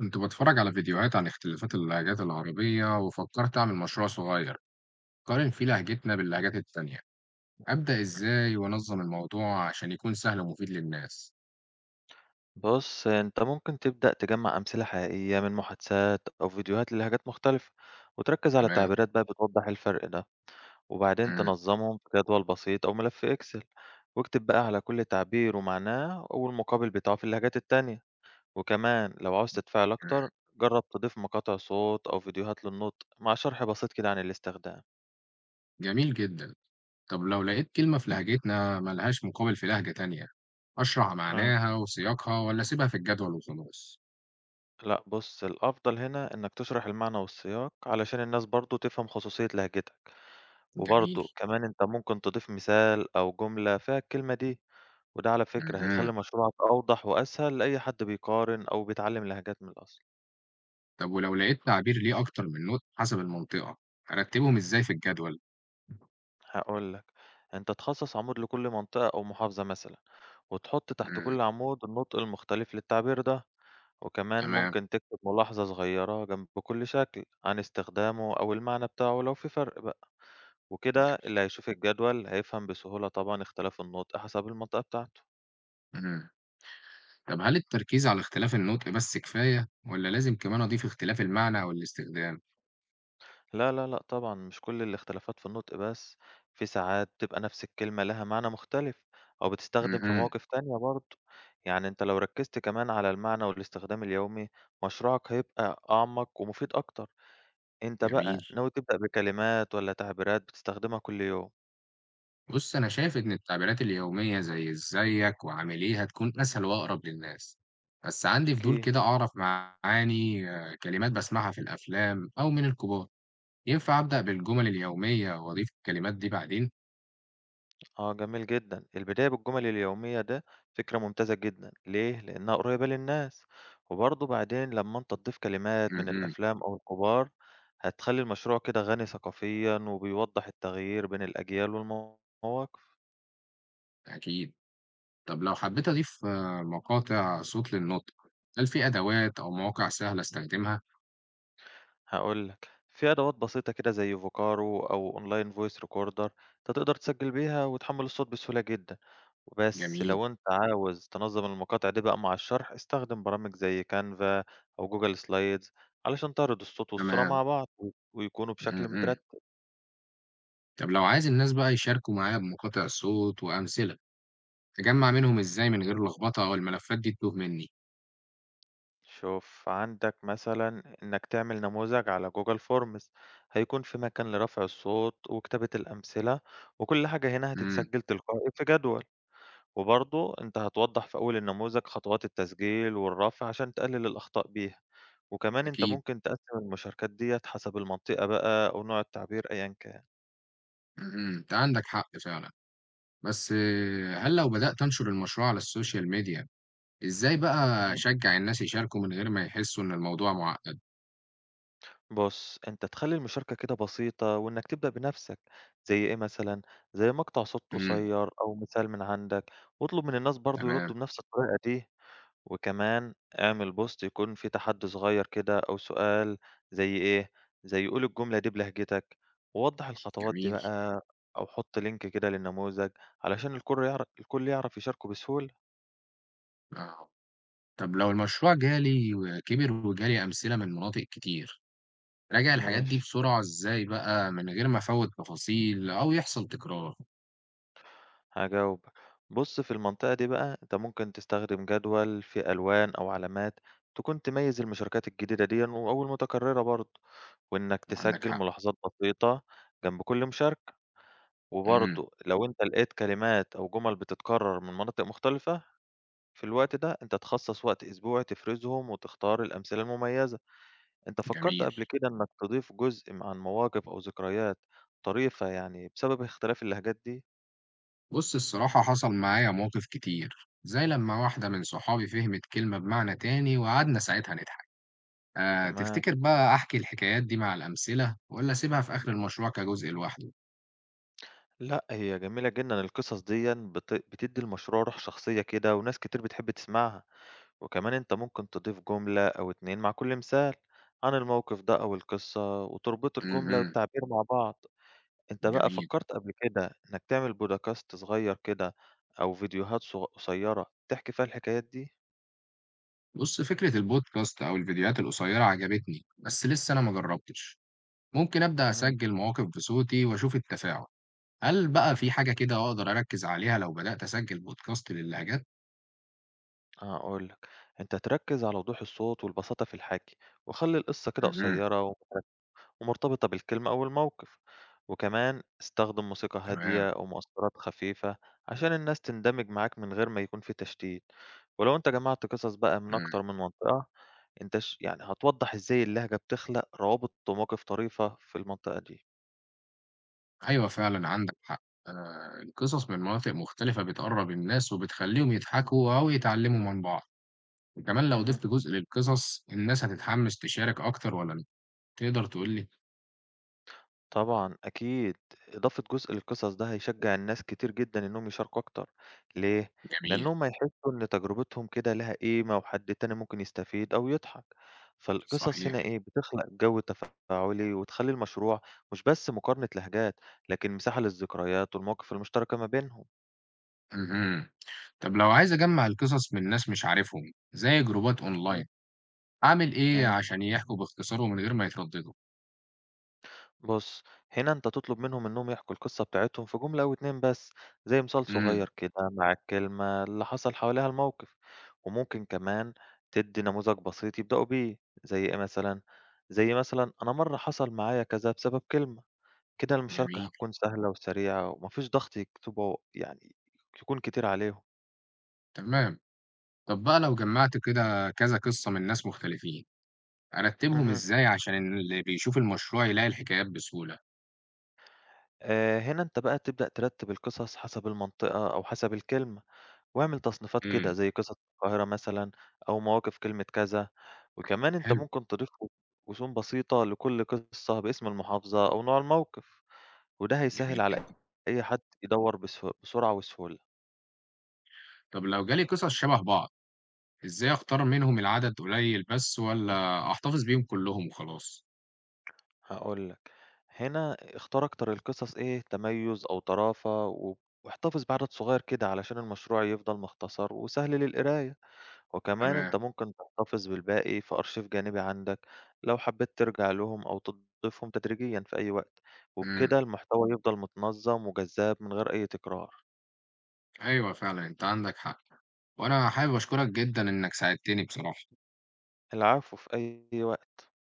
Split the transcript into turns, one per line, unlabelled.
كنت بتفرج على فيديوهات عن اختلافات اللهجات العربية وفكرت أعمل مشروع صغير قارن فيه لهجتنا باللهجات التانية. أبدأ إزاي وأنظم الموضوع عشان يكون سهل ومفيد للناس؟
بُص، أنت ممكن تبدأ تجمّع أمثلة حقيقية من محادثات أو فيديوهات للهجات مختلفة، وتركز على
تمام.
التعبيرات بقى بتوضح الفرق ده، وبعدين
مم،
تنظمهم في جدول بسيط أو ملف Excel، واكتب بقى على كل تعبير ومعناه والمقابل بتاعه في اللهجات التانية، وكمان لو عاوز تتفاعل
مم.
أكتر جرّب تضيف مقاطع صوت أو فيديوهات للنطق مع شرح بسيط كده عن الاستخدام.
جميل جدا. طب لو لقيت كلمة في لهجتنا ملهاش مقابل في لهجة تانية، أشرح
آه،
معناها وسياقها ولا أسيبها في الجدول وخلاص؟
لأ بُص الأفضل هنا إنك تشرح المعنى والسياق علشان الناس برضه تفهم خصوصية لهجتك.
جميل.
وبرضه كمان أنت ممكن تضيف مثال أو جملة فيها الكلمة دي، وده على فكرة
مم.
هيخلّي مشروعك أوضح وأسهل لأي حد بيقارن أو بيتعلم لهجات من الأصل.
طب ولو لقيت تعبير ليه أكتر من نطق حسب المنطقة، أرتبهم إزاي في الجدول؟
هاقول لك، أنت تخصص عمود لكل منطقة أو محافظة مثلًا، وتحط تحت
مم.
كل عمود النطق المختلف للتعبير ده، وكمان
تمام.
ممكن تكتب ملاحظة صغيرة جنب كل شكل عن استخدامه أو المعنى بتاعه لو في فرق بقى، وكده اللي هيشوف الجدول هيفهم بسهولة طبعًا اختلاف النطق حسب المنطقة بتاعته.
مم. طب هل التركيز على اختلاف النطق بس كفاية ولا لازم كمان أضيف اختلاف المعنى أو الاستخدام؟
لا، لا، لأ طبعًا، مش كل الاختلافات في النُطق بس، في ساعات بتبقى نفس الكلمة لها معنى مختلف أو بتستخدم في
امم.
مواقف تانية برضه، يعني أنت لو ركّزت كمان على المعنى والاستخدام اليومي، مشروعك هيبقى أعمق ومفيد أكتر، أنت
جميل.
بقى ناوي تبدأ بكلمات والّا تعبيرات بتستخدمها كل يوم؟
بص أنا شايف إن التعبيرات اليومية زي إزيك وعامل إيه هتكون أسهل وأقرب للناس، بس عندي فضول
أكيد.
كده أعرف معاني كلمات بسمعها في الأفلام أو من الكبار. ينفع أبدأ بالجمل اليومية وأضيف الكلمات دي بعدين؟
آه جميل جدًا. البداية بالجمل اليومية ده فكرة ممتازة جدًا، ليه؟ لإنها قريبة للناس، وبرضه بعدين لمّا أنت تضيف كلمات من
امم.
الأفلام أو الكبار، هتخلّي المشروع كده غني ثقافيًا وبيوضّح التغيير بين الأجيال والمواقف.
أكيد. طب لو حبيت أضيف مقاطع صوت للنطق، هل في أدوات أو مواقع سهلة أستخدمها؟
هاقول لك، في أدوات بسيطة كده زي فوكارو أو online voice recorder أنت تقدر تسجّل بيها وتحمّل الصوت بسهولة جدًا. وبس
جميل.
لو أنت عاوز تنظّم المقاطع دي بقى مع الشرح، استخدم برامج زي Canva أو Google Slides علشان تعرض الصوت والصورة
تمام.
مع بعض و ويكونوا
إمم،
بشكل
إمم.
مترتب.
طب لو عايز الناس بقى يشاركوا معايا بمقاطع صوت وأمثلة، أجمّع منهم إزاي من غير لخبطة أو الملفات دي تتوه منّي؟
شوف عندك مثلًا إنك تعمل نموذج على Google Forms هيكون في مكان لرفع الصوت وكتابة الأمثلة، وكل حاجة هنا
إمم.
هتتسجل تلقائي في جدول. وبرضه أنت هتوضّح في أول النموذج خطوات التسجيل والرفع عشان تقلل الأخطاء بيها، وكمان أنت
أكيد.
ممكن تقسّم المشاركات ديّة حسب المنطقة بقى أو نوع التعبير أيًا كان.
إمم، إمم، أنت عندك حق فعلًا. بس هل لو بدأت أنشر المشروع على الSocial media، إزاي بقى
اهم.
أشجّع الناس يشاركوا من غير ما يحسّوا إن الموضوع مُعقّد؟
بُص، أنت تخلّي المشاركة كده بسيطة وإنك تبدأ بنَفْسك، زي إيه مثلًا، زي مقطع صوت
إمم.
قصيّر أو مثال من عندك، واطلب من الناس برضه
تمام.
يردّوا بنَفْس الطريقة دي. وكمان اعمل بوست يكون فيه تحدي صغير كده أو سؤال زي إيه زي قول الجملة دي بلهجتك ووضح الخطوات دي
جميل.
بقى أو حط لينك كده للنموذج علشان الكل يعرف يشاركه بسهولة
آه. طب لو المشروع جالي وكبر وجالي أمثلة من مناطق كتير، راجع الحاجات دي
ماشي
بسرعة إزاي بقى من غير ما أفوّت تفاصيل أو يحصل تكرار؟
هجاوب بص في المنطقة دي بقى أنت ممكن تستخدم جدول في ألوان أو علامات تكون تميز المشاركات الجديدة دي أو المتكررة برضه وإنك
عندك
تسجل
حق.
ملاحظات بسيطة جنب كل مشاركة
امم.
وبرضه لو أنت لقيت كلمات أو جُمل بتتكرر من مناطق مختلفة، في الوقت ده أنت تخصص وقت أسبوعي تفرزهم وتختار الأمثلة المميزة. أنت فكرت
جميل.
قبل كده إنك تضيف جزء عن مواقف أو ذكريات طريفة يعني بسبب اختلاف اللهجات دي؟
بص الصراحة حصل معايا مواقف كتير، زي لما واحدة من صحابي فهمت كلمة بمعنى تاني وقعدنا ساعتها نضحك.
تمام.
تفتكر بقى أحكي الحكايات دي مع الأمثلة ولا أسيبها في آخر المشروع كجزء لوحده؟
لأ، هي جميلة جدًا القصص ديًا بتدّي المشروع روح شخصية كده وناس كتير بتحب تسمعها، وكمان أنت ممكن تضيف جملة أو 2 مع كل مثال عن الموقف ده أو القصة وتربط الجملة
امم.
والتعبير مع بعض. أنت بقى
جميل.
فكّرت قبل كده إنّك تعمل بودكاست صغيّر كده أو فيديوهات قصيّرة تحكي فيها الحكايات دي؟
بص فكرة البودكاست أو الفيديوهات القصيرة عجبتني بس لسه أنا ما جربتش، ممكن أبدأ
اهم،
أسجل مواقف بصوتي وأشوف التفاعل. هل بقى في حاجة كده أقدر أركز عليها لو بدأت أسجل بودكاست للهجات؟
هاقول لك، أنت تركّز على وضوح الصوت والبساطة في الحكي، وخلّي القصّة كده
امم.
قصيّرة ومرتبطة بالكلمة أو الموقف، وكمان استخدم موسيقى
تمام.
هادية أو مؤثّرات خفيفة عشان الناس تندمج معاك من غير ما يكون في تشتيت، ولو أنت جمعت قصص بقى من
مم.
أكتر من منطقة أنت يعني هتوضّح إزاي اللهجة بتخلق روابط ومواقف طريفة في المنطقة دي.
أيوه فعلًا عندك حق، القصص من مناطق مختلفة بتقرّب الناس وبتخلّيهم يضحكوا أو يتعلموا من بعض، وكمان لو
اهم.
ضِفت جزء للقصص الناس هتتحمس تشارك أكتر والّا لأ؟ تقدر تقول لي؟
طبعًا أكيد، إضافة جزء للقصص ده هيشجّع الناس كتير جدًا إنّهم يشاركوا أكتر، ليه؟ إمم.
جميل.
لإنّهم هيحسّوا إن تجربتهم كده ليها قيمة وحد تاني ممكن يستفيد أو يضحك، فالقصص هنا
صحيح.
إيه، بتخلق جو تفاعلي وتخلّي المشروع مش بس مقارنة لهجات، لكن مساحة للذكريات والمواقف المشتركة ما بينهم.
اهم. طب لو عايز أجمّع القصص من ناس مش عارفهم زي جروبات
إمم.
أونلاين، أعمل إيه
أيوه.
عشان يحكوا باختصار ومن غير ما يترددوا؟
بُص، هنا أنت تطلب منهم إنّهم يحكوا القصّة بتاعتهم في جملة أو 2 بس، زي مثال
إمم.
صغيّر كده مع الكلمة اللي حصل حواليها الموقف، وممكن كمان تدّي نموذج بسيط يبدأوا بيه، زي إيه مثلًا، زي مثلًا أنا مرّة حصل معايا كذا بسبب كلمة، كده المشاركة
جميل.
هتكون سهلة وسريعة وما فيش ضغط يكتبوا يعني يكون كتير عليهم.
تمام. طب بقى لو جمّعت كده كذا قصة من ناس مختلفين، أرتّبهم
اهم.
إزاي عشان اللي بيشوف المشروع يلاقي الحكايات بسهولة؟
هنا أنت بقى تبدأ ترتّب القصص حسب المنطقة أو حسب الكلمة. واعمل تصنيفات كده
إمم.
زي قصص القاهرة مثلًا أو مواقف كلمة كذا، وكمان أنت
حلو.
ممكن تضيف رسوم بسيطة لكل قصة باسم المحافظة أو نوع الموقف، وده
جميل
هيسهل على
جدًا.
أي حد يدوّر بس بسرعة وسهولة.
طب لو جالي قصص شبه بعض، إزاي أختار منهم العدد قليل بس والّا أحتفظ بيهم كلّهم وخلاص؟
هاقول لك، هنا اختار أكتر القصص إيه تميُّز أو طرافة و واحتفظ بعدد صغير كده علشان المشروع يفضل مختصر وسهل للقراية. وكمان
تمام.
أنت ممكن تحتفظ بالباقي في أرشيف جانبي عندك لو حبيت ترجع لهم أو تضيفهم تدريجيا في أي وقت
إمم.
وبكده المحتوى يفضل متنظم وجذاب من غير أي تكرار
أيوه فعلًا أنت عندك حق، وأنا حابب أشكرك جدًا إنك ساعدتني بصراحة.
العفو في أي وقت